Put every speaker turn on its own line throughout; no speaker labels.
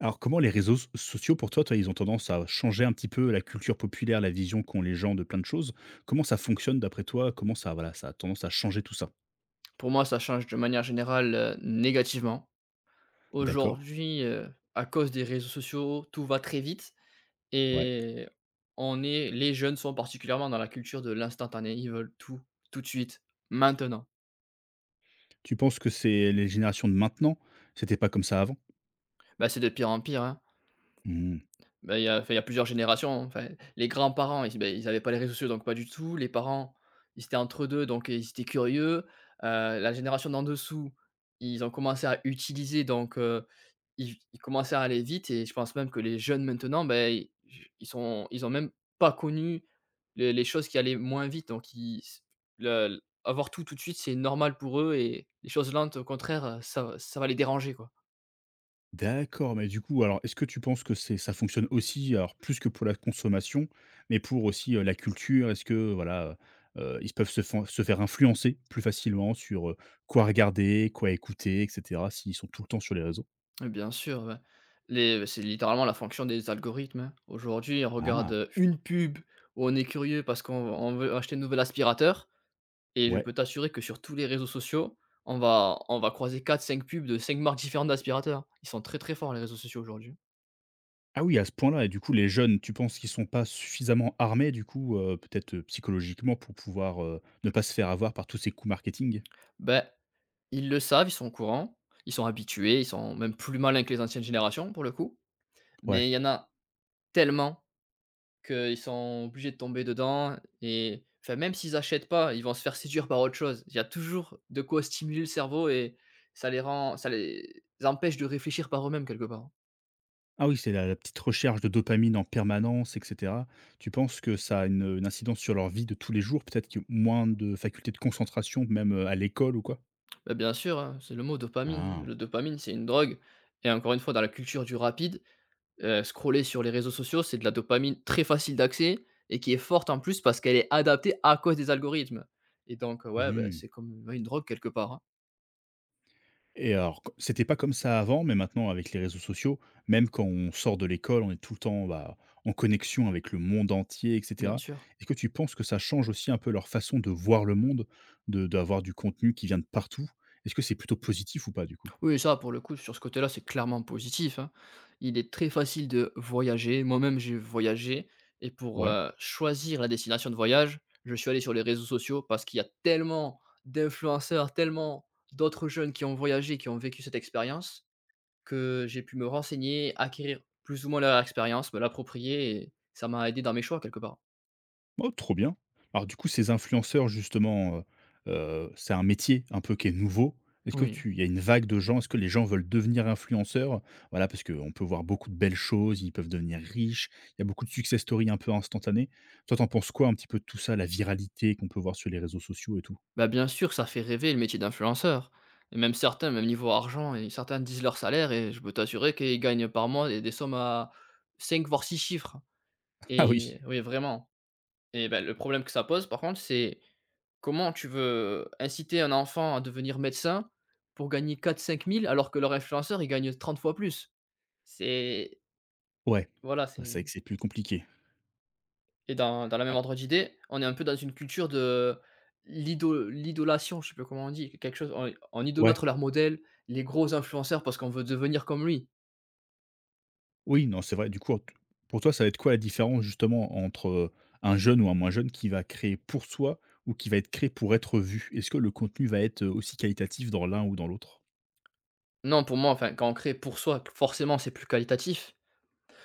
Alors, comment les réseaux sociaux, pour toi, ils ont tendance à changer un petit peu la culture populaire, la vision qu'ont les gens de plein de choses? Comment ça fonctionne d'après toi? Comment ça, voilà, ça a tendance à changer tout ça?
Pour moi, ça change de manière générale, négativement.
D'accord,
Aujourd'hui, à cause des réseaux sociaux, tout va très vite
ouais.
et on est les jeunes sont particulièrement dans la culture de l'instantané. Ils veulent tout, tout de suite, maintenant.
Tu penses que c'est les générations de maintenant? C'était pas comme ça avant?
Bah, c'est de pire en pire, hein.
Hmm.
Bah, il y a enfin, il y a plusieurs générations, hein. Enfin, les grands-parents, ils bah, ils avaient pas les réseaux sociaux, donc pas du tout. Les parents, ils étaient entre 2 donc ils étaient curieux. La génération d'en dessous, ils ont commencé à utiliser, donc ils commençaient à aller vite et je pense même que les jeunes maintenant, bah, ils ont même pas connu les choses qui allaient moins vite, donc ils s le avoir tout, tout de suite, c'est normal pour eux et les choses lentes, au contraire, ça va les déranger, quoi.
D'accord, mais du coup, alors, est-ce que tu penses que c'est ça fonctionne aussi, alors plus que pour la consommation, mais pour aussi la culture? Est-ce que, voilà, ils peuvent se, se faire influencer plus facilement sur quoi regarder, quoi écouter, etc., s'ils sont tout le temps sur les réseaux?
Oui, bien sûr, ouais. Les c'est littéralement la fonction des algorithmes, hein. Aujourd'hui, on regarde,
Ah.
une pub où on est curieux parce qu'on on veut acheter un nouvel aspirateur et je
Ouais.
peux t'assurer que sur tous les réseaux sociaux, on va croiser quatre, cinq pubs de cinq marques différentes d'aspirateurs. Ils sont très, très forts les réseaux sociaux aujourd'hui.
Ah oui, à ce point-là et du coup les jeunes, tu penses qu'ils sont pas suffisamment armés du coup, peut-être, psychologiquement pour pouvoir, ne pas se faire avoir par tous ces coups marketing?
Ben, ils le savent, ils sont au courant, ils sont habitués, ils sont même plus malins que les anciennes générations pour le coup,
Ouais.
mais il y en a tellement qu'ils sont obligés de tomber dedans et enfin, même s'ils achètent pas, ils vont se faire séduire par autre chose. Il y a toujours de quoi stimuler le cerveau et ça les empêche de réfléchir par eux-mêmes quelque part.
Ah oui, c'est la petite recherche de dopamine en permanence et cetera. Tu penses que ça a une incidence sur leur vie de tous les jours? Peut-être que moins de facultés de concentration, même, à l'école ou quoi?
Bah, bien sûr, hein, c'est le mot dopamine.
Ah.
Le dopamine, c'est une drogue et encore une fois dans la culture du rapide, scroller sur les réseaux sociaux, c'est de la dopamine très facile d'accès et qui est forte en plus parce qu'elle est adaptée à cause des algorithmes et donc, ouais, bah,
Mmh.
c'est comme, ouais, une drogue quelque part, hein.
Et alors, co c'était pas comme ça avant, mais maintenant avec les réseaux sociaux, même quand on sort de l'école, on est tout le temps, bah, en connexion avec le monde entier, et
Bien
cetera.
sûr.
Est-ce que tu penses que ça change aussi un peu leur façon de voir le monde, de d'avoir du contenu qui vient de partout? Est-ce que c'est plutôt positif ou pas, du coup?
Oui, ça, pour le coup, sur ce côté-là, c'est clairement positif, hein. Il est très facile de voyager. Moi-même, j'ai voyagé et pour,
Ouais.
choisir la destination de voyage, je suis allé sur les réseaux sociaux parce qu'il y a tellement d'influenceurs, tellement d'autres jeunes qui ont voyagé, qui ont vécu cette expérience que j'ai pu me renseigner, acquérir plus ou moins leur expérience, me l'approprier et ça m'a aidé dans mes choix quelque part.
Oh, trop bien. Alors du coup, ces influenceurs justement, c'est un métier un peu qui est nouveau. Est-ce que
Oui.
tu il y a une vague de gens est-ce que les gens veulent devenir influenceurs? Voilà, parce qu'on peut voir beaucoup de belles choses, ils peuvent devenir riches, il y a beaucoup de success stories un peu instantanées. Toi, t'en penses quoi un petit peu de tout ça, la viralité qu'on peut voir sur les réseaux sociaux et tout?
Bah, bien sûr, ça fait rêver le métier d'influenceur. Et même certains, même niveau argent, et certains disent leur salaire et je peux t'assurer qu'ils gagnent par mois des sommes à 5 voire 6 chiffres
Ah oui,
et oui, vraiment et bah, le problème que ça pose par contre, c'est comment tu veux inciter un enfant à devenir médecin pour gagner quatre cinq mille alors que leur influenceur, il gagne 30 fois plus? C'est
ouais.
voilà,
Ah, c'est
c'est
vrai que c'est plus compliqué.
Et dans la
Ah
même ordre d'idée, on est un peu dans une culture de l'idolation, je sais plus comment on dit, quelque chose on
ouais.
idolâtre leurs modèles, les gros influenceurs parce qu'on veut devenir comme lui.
Oui, non, c'est vrai. Du coup, t pour toi, ça va être quoi la différence justement entre, un jeune ou un moins jeune qui va créer pour soi ou qui va être créé pour être vu? Est-ce que le contenu va être, aussi qualitatif dans l'un ou dans l'autre?
Non, pour moi, enfin, quand on crée pour soi, forcément, c'est plus qualitatif.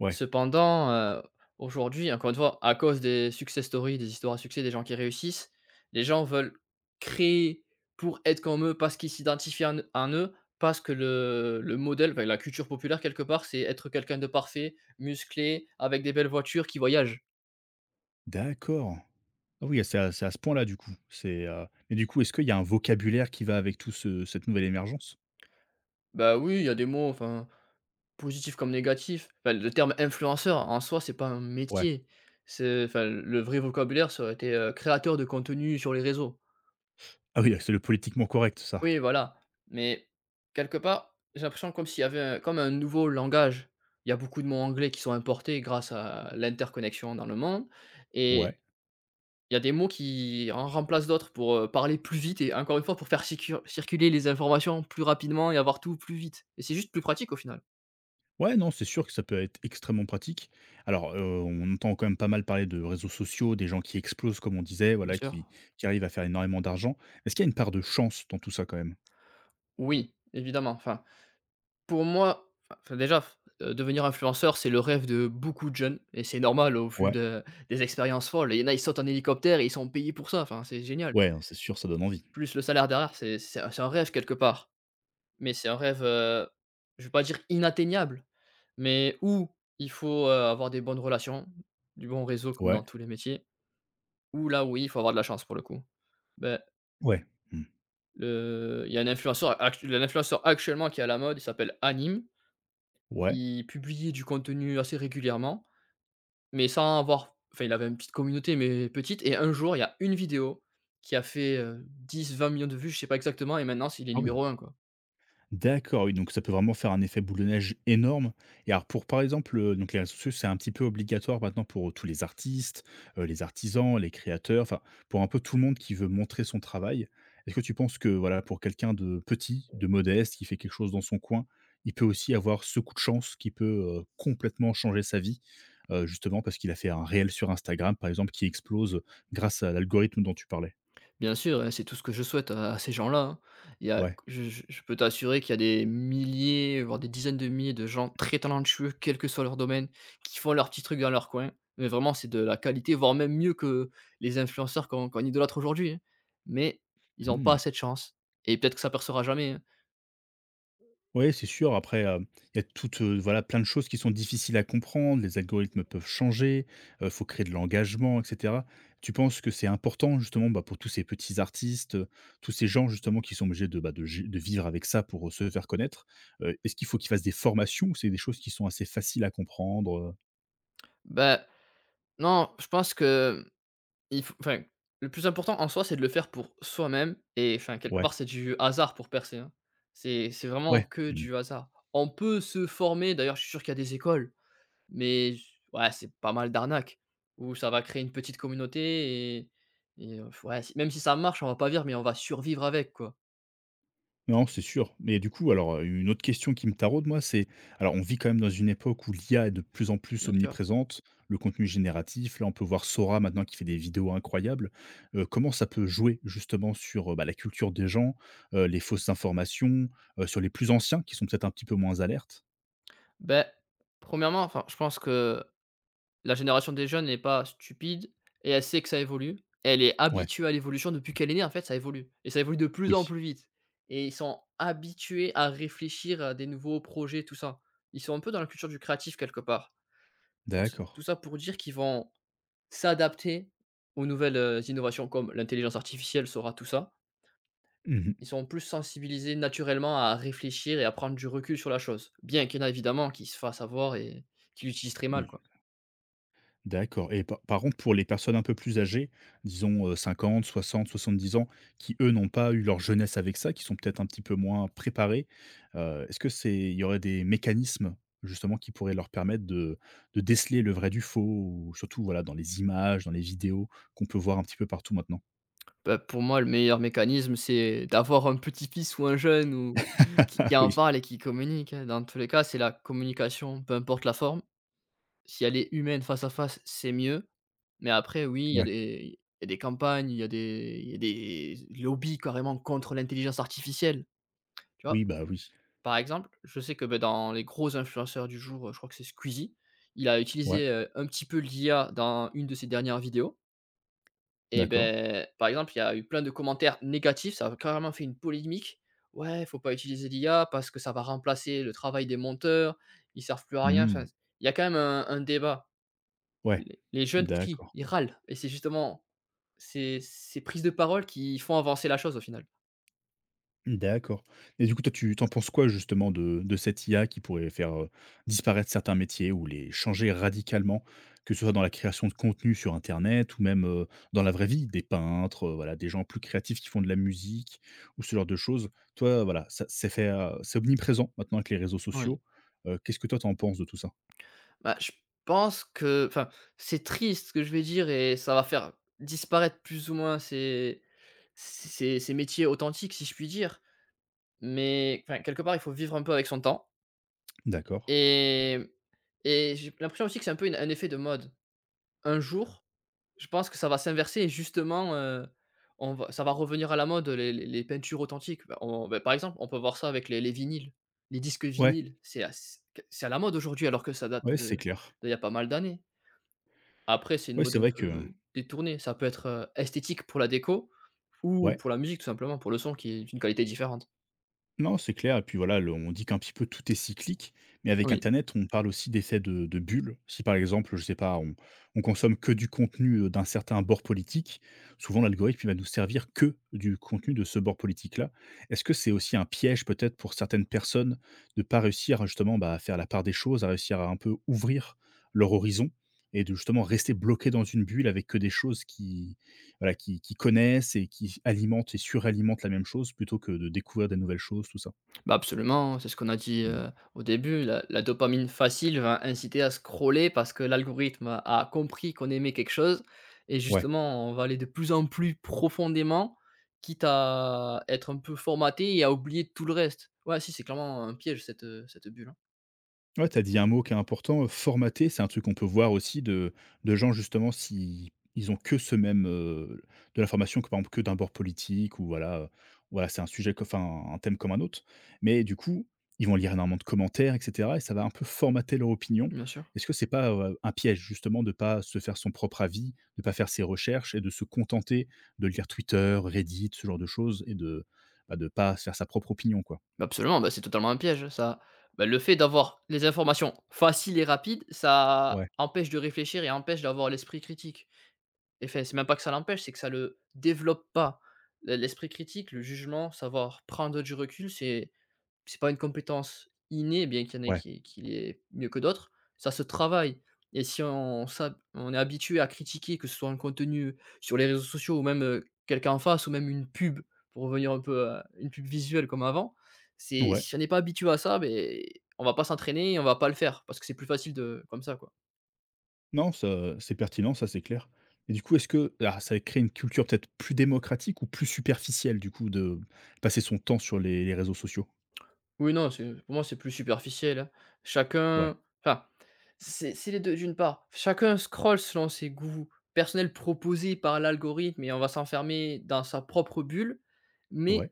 Ouais,
Cependant, aujourd'hui, encore une fois, à cause des success stories, des histoires à succès, des gens qui réussissent, les gens veulent créer pour être comme eux, parce qu'ils s'identifient en eux, parce que le modèle, enfin la culture populaire quelque part, c'est être quelqu'un de parfait, musclé, avec des belles voitures, qui voyage.
d'accord. Ah oui, c'est à ce point-là du coup. C'est, et du coup, est-ce qu'il y a un vocabulaire qui va avec tout ce cette nouvelle émergence?
Bah oui, il y a des mots, enfin, positifs comme négatifs. Enfin, le terme influenceur, en soi, c'est pas un
Ouais.
métier. C'est enfin, le vrai vocabulaire, ça aurait été, créateur de contenu sur les réseaux.
Ah oui, c'est le politiquement correct, ça?
Oui, voilà, mais quelque part, j'ai l'impression comme s'il y avait un comme un nouveau langage. Il y a beaucoup de mots anglais qui sont importés grâce à l'interconnexion dans le monde et
Ouais.
il y a des mots qui en remplacent d'autres pour, parler plus vite et encore une fois pour faire circuler les informations plus rapidement et avoir tout plus vite et c'est juste plus pratique au final.
Ouais, non, c'est sûr que ça peut être extrêmement pratique. Alors, on entend quand même pas mal parler de réseaux sociaux, des gens qui explosent comme on disait,
Bien
voilà, qui
sûr.
qui arrivent à faire énormément d'argent. Est-ce qu'il y a une part de chance dans tout ça quand même?
Oui, évidemment, enfin, pour moi, enfin, déjà, f devenir influenceur, c'est le rêve de beaucoup de jeunes et c'est normal au vu
Ouais,
de des expériences folles. Il y en a, ils sautent en hélicoptère et ils sont payés pour ça, enfin, c'est génial.
ouais, hein, c'est sûr, ça donne envie.
Plus le salaire derrière, c'est un rêve quelque part. Mais c'est un rêve, je vais pas dire inatteignable, mais où il faut, avoir des bonnes relations, du bon réseau comme
Ouais,
dans tous les métiers, ou là, oui, il faut avoir de la chance pour le coup. Ben
ouais, mmh,
le il y a un influenceur actu l'influenceur actuellement qui est à la mode, il s'appelle Hanim.
ouais.
Il publiait du contenu assez régulièrement, mais sans avoir enfin, il avait une petite communauté, mais petite et un jour, il y a une vidéo qui a fait, 10, 20 millions de vues, je sais pas exactement et maintenant il est
Ah oui.
numéro 1 quoi.
D'accord, oui, donc ça peut vraiment faire un effet boule de neige énorme. Et alors pour par exemple, donc les réseaux sociaux, c'est un petit peu obligatoire maintenant pour, tous les artistes, les artisans, les créateurs, enfin pour un peu tout le monde qui veut montrer son travail. Est-ce que tu penses que voilà, pour quelqu'un de petit, de modeste, qui fait quelque chose dans son coin, il peut aussi avoir ce coup de chance qui peut, complètement changer sa vie? Justement parce qu'il a fait un réel sur Instagram par exemple qui explose, grâce à l'algorithme dont tu parlais?
Bien sûr, et c'est tout ce que je souhaite à ces gens-là, hein. Il y a
Ouais.
je peux t'assurer qu'il y a des milliers, voire des dizaines de milliers de gens très talentueux, quel que soit leur domaine, qui font leur petit truc dans leur coin. Mais vraiment, c'est de la qualité, voire même mieux que les influenceurs qu'on idolâtre aujourd'hui, hein. Mais ils n'ont pas
Mmh.
assez de chance et peut-être que ça percera jamais, hein.
Ouais, c'est sûr. Après, il y a toutes, voilà, plein de choses qui sont difficiles à comprendre. Les algorithmes peuvent changer, il faut créer de l'engagement et cetera. Tu penses que c'est important justement, bah, pour tous ces petits artistes, tous ces gens justement qui sont obligés de, bah, de vivre avec ça pour, se faire connaître, est-ce qu'il faut qu'ils fassent des formations ou c'est des choses qui sont assez faciles à comprendre,
Bah, non, je pense que il faut enfin, le plus important en soi, c'est de le faire pour soi-même et enfin, quelque
Ouais,
part, c'est du hasard pour percer, hein. C'est vraiment
ouais.
que
Mmh.
du hasard. On peut se former, d'ailleurs, je suis sûr qu'il y a des écoles, mais ouais, c'est pas mal d'arnaques où ça va créer une petite communauté et ouais, si même si ça marche, on va pas vivre, mais on va survivre avec, quoi,
Non, c'est sûr. Mais du coup, alors, une autre question qui me taraude, moi, c'est alors, on vit quand même dans une époque où l'IA est de plus en plus
bien sûr.
omniprésente, le contenu génératif. Là, on peut voir Sora maintenant qui fait des vidéos incroyables. Comment ça peut jouer justement sur, bah, la culture des gens, les fausses informations, sur les plus anciens qui sont peut-être un petit peu moins alertes?
Ben, premièrement, enfin, je pense que la génération des jeunes n'est pas stupide et elle sait que ça évolue. Elle est
Ouais,
habituée à l'évolution depuis qu'elle est née, en fait, ça évolue et ça évolue de plus en
oui,
plus vite et ils sont habitués à réfléchir à des nouveaux projets, tout ça. Ils sont un peu dans la culture du créatif quelque part. Tout
d'accord.
ça pour dire qu'ils vont s'adapter aux nouvelles, innovations comme l'intelligence artificielle saura tout ça.
Mmh.
Ils sont plus sensibilisés naturellement à réfléchir et à prendre du recul sur la chose. Bien qu'il y en a évidemment qui se fassent avoir et qui l'utilisent très mal.
Oui. D'accord et par contre, pour les personnes un peu plus âgées, disons, 50-60-70 ans, qui eux n'ont pas eu leur jeunesse avec ça, qui sont peut-être un petit peu moins préparés, est-ce que c'est il y aurait des mécanismes, justement, qui pourraient leur permettre de déceler le vrai du faux ou surtout, voilà, dans les images, dans les vidéos qu'on peut voir un petit peu partout maintenant?
Bah, pour moi, le meilleur mécanisme, c'est d'avoir un petit-fils ou un jeune ou qui
Ah
qui en
oui,
parle et qui communique, hein. Dans tous les cas, c'est la communication, peu importe la forme. Si elle est humaine, face à face, c'est mieux. Mais après, oui,
ouais.
il y a des campagnes, il y a des lobbies carrément contre l'intelligence artificielle, tu vois?
Oui, bah, oui.
Par exemple, je sais que, beh, dans les gros influenceurs du jour, je crois que c'est Squeezie, il a
Ouais,
utilisé, un petit peu l'IA dans une de ses dernières vidéos et
d'accord.
ben, par exemple, il y a eu plein de commentaires négatifs, ça a carrément fait une polémique. « Ouais, faut pas utiliser l'IA parce que ça va remplacer le travail des monteurs, ils servent plus à rien ».
Hmm.
Enfin, il y a quand même un débat.
Ouais.
Les jeunes crient,
D'accord.
ils râlent et c'est justement ces prises de parole qui font avancer la chose au final.
D'accord. Et du coup, toi, tu t'en penses quoi justement de, cette IA qui pourrait faire disparaître certains métiers ou les changer radicalement, que ce soit dans la création de contenu sur Internet ou même dans la vraie vie, des peintres, voilà, des gens plus créatifs qui font de la musique ou ce genre de choses. Toi, voilà, c'est fait, c'est omniprésent maintenant avec les réseaux
Oui.
sociaux. Qu'est-ce que toi, t'en penses de tout ça?
Bah, je pense que enfin, c'est triste ce que je vais dire et ça va faire disparaître plus ou moins ces métiers authentiques si je puis dire, mais enfin, quelque part, il faut vivre un peu avec son temps.
D'accord.
Et et j'ai l'impression aussi que c'est un peu une un effet de mode. Un jour, je pense que ça va s'inverser et justement, on va ça va revenir à la mode, les peintures authentiques. Bah, par exemple, on peut voir ça avec les vinyles, les disques
Ouais,
vinyles. C'est à la mode aujourd'hui alors que ça date
ouais, c'est
de
clair.
d'il y a pas mal d'années. Après, c'est une
Ouais,
mode
c'est
un
vrai que
peu détournée. Ça peut être, esthétique pour la déco ou
ouais,
pour la musique tout simplement, pour le son qui est d'une qualité différente.
non, c'est clair et puis voilà, le on dit qu'un petit peu tout est cyclique, mais avec
Oui.
internet, on parle aussi d'effet de bulle. Si par exemple, je sais pas, on consomme que du contenu, d'un certain bord politique, souvent l'algorithme, il va nous servir que du contenu de ce bord politique-là. Est-ce que c'est aussi un piège peut-être pour certaines personnes de pas réussir justement, bah, à faire la part des choses, à réussir à un peu ouvrir leur horizon et de justement rester bloqué dans une bulle avec que des choses qui voilà, qui connaissent et qui alimentent et suralimentent la même chose plutôt que de découvrir des nouvelles choses, tout ça.
Bah, absolument, c'est ce qu'on a dit,
Mmh.
au début. La dopamine facile va inciter à scroller parce que l'algorithme a compris qu'on aimait quelque chose et
Ouais.
justement, on va aller de plus en plus profondément, quitte à être un peu formaté et à oublier tout le reste. Ouais, si, c'est clairement un piège cette, cette bulle, hein.
Ouais, tu as dit un mot qui est important, formater, c'est un truc qu'on peut voir aussi de gens justement si ils ont que ce même, de l'information que par exemple que d'un bord politique ou voilà, voilà c'est un sujet que enfin un thème comme un autre. Mais du coup, ils vont lire énormément de commentaires et cetera et ça va un peu formater leur opinion.
Bien sûr.
Est-ce que c'est pas, un piège justement de pas se faire son propre avis, de pas faire ses recherches et de se contenter de lire Twitter, Reddit, ce genre de choses et de, bah, de pas se faire sa propre opinion quoi?
Bah, absolument, bah, c'est totalement un piège, ça bah, le fait d'avoir les informations faciles et rapides, ça
Ouais,
empêche de réfléchir et empêche d'avoir l'esprit critique. Et fait, c'est même pas que ça l'empêche, c'est que ça le développe pas. Le l'esprit critique, le jugement, savoir prendre du recul, c'est pas une compétence innée, bien qu'il y en ait
ouais.
qui l'est mieux que d'autres, ça se travaille et si on est habitué à critiquer, que ce soit un contenu sur les réseaux sociaux ou même, quelqu'un en face ou même une pub, pour revenir un peu à une pub visuelle comme avant, c'est
Ouais.
si on n'est pas habitué à ça, beh, on va pas s'entraîner et on va pas le faire parce que c'est plus facile de comme ça, quoi.
Non, ça, c'est pertinent, ça, c'est clair. Et du coup, est-ce que ah, ça crée une culture peut-être plus démocratique ou plus superficielle, du coup, de passer son temps sur les réseaux sociaux?
Oui, non, c'est pour moi, c'est plus superficiel, hein.
Ouais,
Chacun enfin, c'est les deux. D'une part, chacun scrolle selon ses goûts personnels proposés par l'algorithme et on va s'enfermer dans sa propre bulle.
ouais,
Mais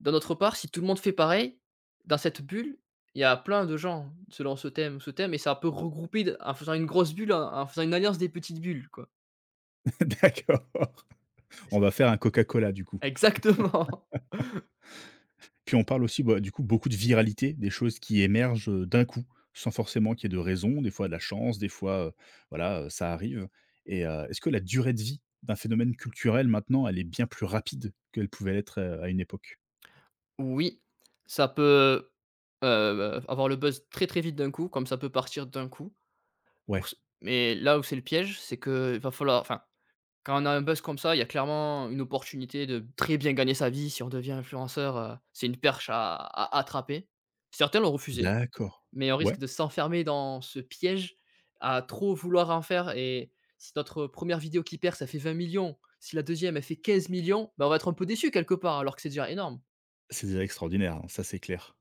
d'un autre part, si tout le monde fait pareil, dans cette bulle, il y a plein de gens selon ce thème et ça peut regrouper d en faisant une grosse bulle, en faisant une alliance des petites bulles, quoi.
d'accord. On
C'est
va faire un Coca-Cola, du coup.
exactement.
Puis on parle aussi, bah, du coup, beaucoup de viralité, des choses qui émergent, d'un coup, sans forcément qu'il y ait de raison, des fois de la chance, des fois, voilà, ça arrive. Et est-ce que la durée de vie d'un phénomène culturel maintenant, elle est bien plus rapide qu'elle pouvait l'être, à une époque?
Oui, ça peut, avoir le buzz très, très vite d'un coup, comme ça peut partir d'un coup. Pour
Ouais,
ce Mais là où c'est le piège, c'est qu'il va falloir enfin, quand on a un buzz comme ça, il y a clairement une opportunité de très bien gagner sa vie si on devient influenceur, c'est une perche à attraper. Certains l'ont refusé,
d'accord.
mais on
Ouais.
risque de s'enfermer dans ce piège à trop vouloir en faire et si notre première vidéo qui perd, ça fait 20 millions. Si la deuxième e elle fait 15 millions, ben on va être un peu déçu quelque part alors que c'est déjà énorme.
C'est déjà extraordinaire, hein, ça c'est clair.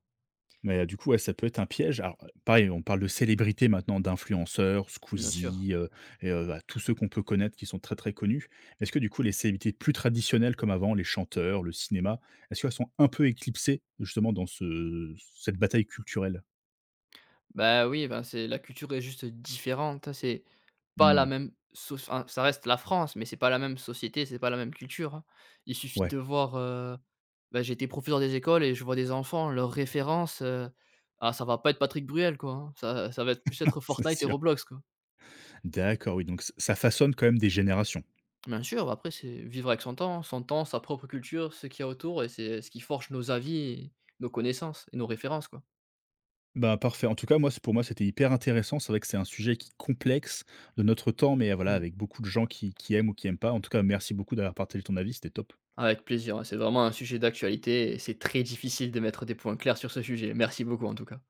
Mais du coup, ouais, ça peut être un piège. Alors, pareil, on parle de célébrités maintenant, d'influenceurs,
Bien sûr.
Squeezie, et bah, tous ceux qu'on peut connaître qui sont très, très connus. Est-ce que du coup, les célébrités plus traditionnelles comme avant, les chanteurs, le cinéma, est-ce qu'elles sont un peu éclipsées justement dans ce cette bataille culturelle?
Bah, oui, ben, c'est la culture est juste différente, hein, c'est pas la
Mmh,
même soc enfin, ça reste la France, mais c'est pas la même société, c'est pas la même culture, hein. Il suffit
ouais,
de voir, bah, j'étais professeur des écoles et je vois des enfants, leurs références, ah ça va pas être Patrick Bruel, quoi, hein. Ça va être plus être
c'est
Fortnite et
sûr.
Roblox, quoi.
D'accord, oui, donc ç ça façonne quand même des générations.
Bien sûr, après c'est vivre avec son temps, sa propre culture, ce qu'il y a autour et c'est ce qui forge nos avis et nos connaissances et nos références, quoi.
Bah, parfait. En tout cas, moi, c'est pour moi, c'était hyper intéressant. C'est vrai que c'est un sujet qui est complexe de notre temps, mais voilà,
Oui.
avec beaucoup de gens qui aiment ou qui n'aiment pas. En tout cas, merci beaucoup d'avoir partagé ton avis. C'était top.
Avec plaisir, hein, c'est vraiment un sujet d'actualité et c'est très difficile de mettre des points clairs sur ce sujet. Merci beaucoup en tout cas.